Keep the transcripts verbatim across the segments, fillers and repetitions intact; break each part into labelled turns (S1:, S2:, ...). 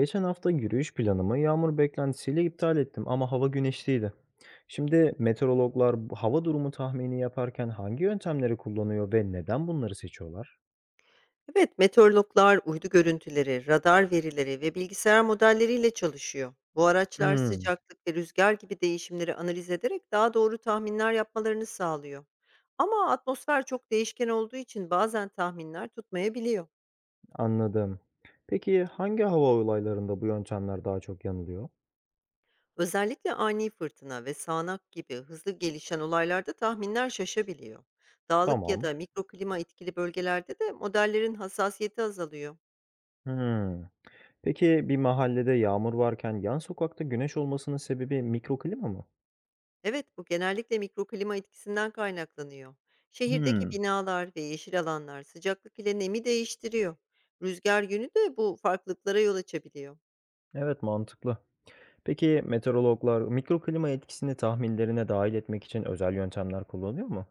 S1: Geçen hafta yürüyüş planımı yağmur beklentisiyle iptal ettim ama hava güneşliydi. Şimdi meteorologlar bu hava durumu tahmini yaparken hangi yöntemleri kullanıyor ve neden bunları seçiyorlar?
S2: Evet, meteorologlar uydu görüntüleri, radar verileri ve bilgisayar modelleriyle çalışıyor. Bu araçlar
S1: Hmm,
S2: sıcaklık ve rüzgar gibi değişimleri analiz ederek daha doğru tahminler yapmalarını sağlıyor. Ama atmosfer çok değişken olduğu için bazen tahminler tutmayabiliyor.
S1: anladım. Peki hangi hava olaylarında bu yöntemler daha çok yanılıyor?
S2: Özellikle ani fırtına ve sağanak gibi hızlı gelişen olaylarda tahminler şaşabiliyor. Dağlık ya
S1: Tamam.
S2: da mikroklima etkili bölgelerde de modellerin hassasiyeti azalıyor.
S1: Hmm. Peki bir mahallede yağmur varken yan sokakta güneş olmasının sebebi mikroklima mı?
S2: Evet, bu genellikle mikroklima etkisinden kaynaklanıyor. Şehirdeki
S1: Hmm,
S2: binalar ve yeşil alanlar sıcaklık ile nemi değiştiriyor. Rüzgar yönü de bu farklılıklara yol açabiliyor.
S1: evet mantıklı. Peki meteorologlar mikroklima etkisini tahminlerine dahil etmek için özel yöntemler kullanıyor mu?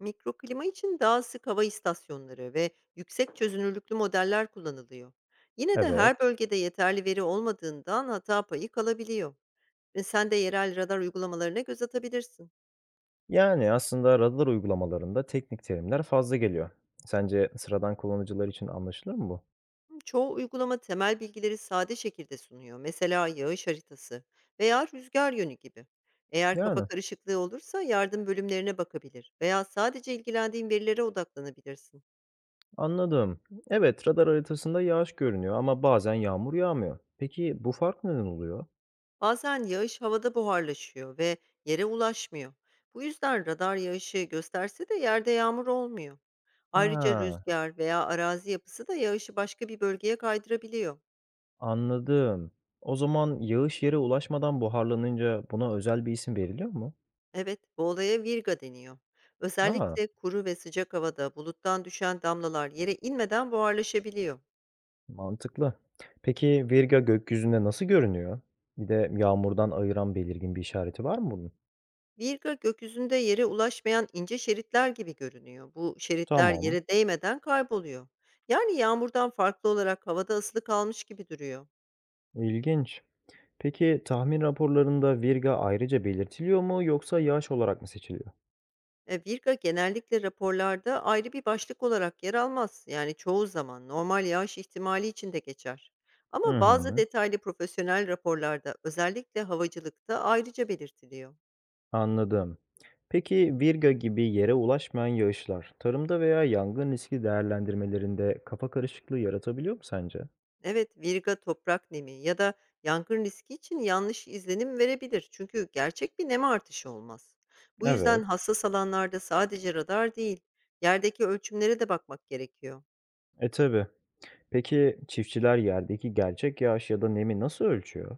S2: Mikroklima için daha sık hava istasyonları ve yüksek çözünürlüklü modeller kullanılıyor. Yine de her
S1: Evet.
S2: bölgede yeterli veri olmadığından hata payı kalabiliyor. Ve sen de yerel radar uygulamalarına göz atabilirsin.
S1: Yani aslında radar uygulamalarında teknik terimler fazla geliyor. Sence sıradan kullanıcılar için anlaşılır mı bu?
S2: Çoğu uygulama temel bilgileri sade şekilde sunuyor. Mesela yağış haritası veya rüzgar yönü gibi. Eğer kafa
S1: Yani,
S2: karışıklığı olursa yardım bölümlerine bakabilir veya sadece ilgilendiğin verilere odaklanabilirsin.
S1: anladım. Evet, radar haritasında yağış görünüyor ama bazen yağmur yağmıyor. Peki bu fark neden oluyor?
S2: Bazen yağış havada buharlaşıyor ve yere ulaşmıyor. Bu yüzden radar yağışı gösterse de yerde yağmur olmuyor. Ayrıca
S1: Ha,
S2: rüzgar veya arazi yapısı da yağışı başka bir bölgeye kaydırabiliyor.
S1: anladım. O zaman yağış yere ulaşmadan buharlanınca buna özel bir isim veriliyor mu?
S2: Evet, bu olaya virga deniyor.
S1: Ha,
S2: Özellikle kuru ve sıcak havada buluttan düşen damlalar yere inmeden buharlaşabiliyor.
S1: mantıklı. Peki virga gökyüzünde nasıl görünüyor? Bir de yağmurdan ayıran belirgin bir işareti var mı bunun?
S2: Virga gökyüzünde yere ulaşmayan ince şeritler gibi görünüyor. Bu şeritler
S1: Tamam,
S2: yere değmeden kayboluyor. Yani yağmurdan farklı olarak havada asılı kalmış gibi duruyor.
S1: ilginç. Peki tahmin raporlarında virga ayrıca belirtiliyor mu yoksa yağış olarak mı seçiliyor?
S2: E, virga genellikle raporlarda ayrı bir başlık olarak yer almaz. Yani çoğu zaman normal yağış ihtimali içinde geçer. Ama
S1: Hı
S2: bazı
S1: hı,
S2: detaylı profesyonel raporlarda özellikle havacılıkta ayrıca belirtiliyor.
S1: anladım. Peki virga gibi yere ulaşmayan yağışlar tarımda veya yangın riski değerlendirmelerinde kafa karışıklığı yaratabiliyor mu sence?
S2: Evet, virga toprak nemi ya da yangın riski için yanlış izlenim verebilir. Çünkü gerçek bir nem artışı olmaz. Bu yüzden
S1: Evet.
S2: hassas alanlarda sadece radar değil, yerdeki ölçümlere de bakmak gerekiyor.
S1: E tabii. Peki çiftçiler yerdeki gerçek yağış ya da nemi nasıl ölçüyor?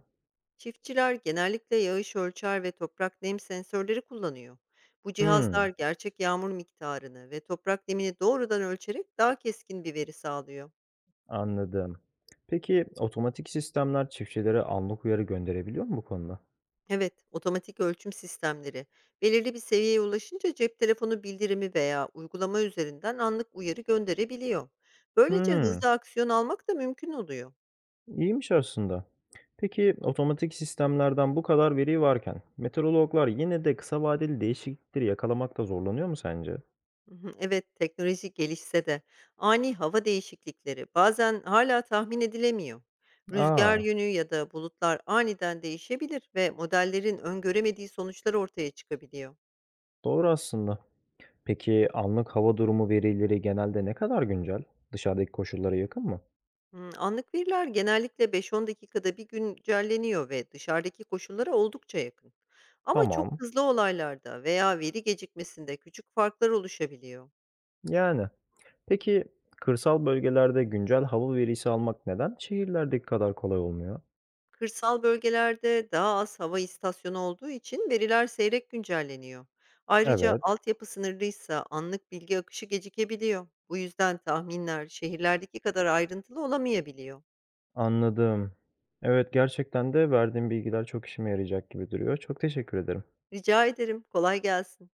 S2: Çiftçiler genellikle yağış ölçer ve toprak nem sensörleri kullanıyor. Bu cihazlar
S1: Hmm,
S2: gerçek yağmur miktarını ve toprak nemini doğrudan ölçerek daha keskin bir veri sağlıyor.
S1: anladım. Peki otomatik sistemler çiftçilere anlık uyarı gönderebiliyor mu bu konuda?
S2: Evet, otomatik ölçüm sistemleri. Belirli bir seviyeye ulaşınca cep telefonu bildirimi veya uygulama üzerinden anlık uyarı gönderebiliyor. Böylece
S1: Hmm.
S2: hızlı aksiyon almak da mümkün oluyor.
S1: İyiymiş aslında. Peki otomatik sistemlerden bu kadar veri varken meteorologlar yine de kısa vadeli değişiklikleri yakalamakta zorlanıyor mu sence?
S2: Mhm, evet, teknoloji gelişse de ani hava değişiklikleri bazen hala tahmin edilemiyor. Rüzgar
S1: Aa,
S2: yönü ya da bulutlar aniden değişebilir ve modellerin öngöremediği sonuçlar ortaya çıkabiliyor.
S1: doğru aslında. Peki anlık hava durumu verileri genelde ne kadar güncel? Dışarıdaki koşullara yakın mı?
S2: Hımm, anlık veriler genellikle beş on dakikada bir güncelleniyor ve dışarıdaki koşullara oldukça yakın. Ama çok
S1: Tamam.
S2: hızlı olaylarda veya veri gecikmesinde küçük farklar oluşabiliyor.
S1: Yani. Peki kırsal bölgelerde güncel hava verisi almak neden şehirlerdeki kadar kolay olmuyor?
S2: Kırsal bölgelerde daha az hava istasyonu olduğu için veriler seyrek güncelleniyor. Ayrıca
S1: Evet,
S2: altyapı sınırlıysa anlık bilgi akışı gecikebiliyor. Bu yüzden tahminler şehirlerdeki kadar ayrıntılı olamayabiliyor.
S1: anladım. Evet, gerçekten de verdiğin bilgiler çok işime yarayacak gibi duruyor. Çok teşekkür ederim.
S2: Rica ederim, kolay gelsin.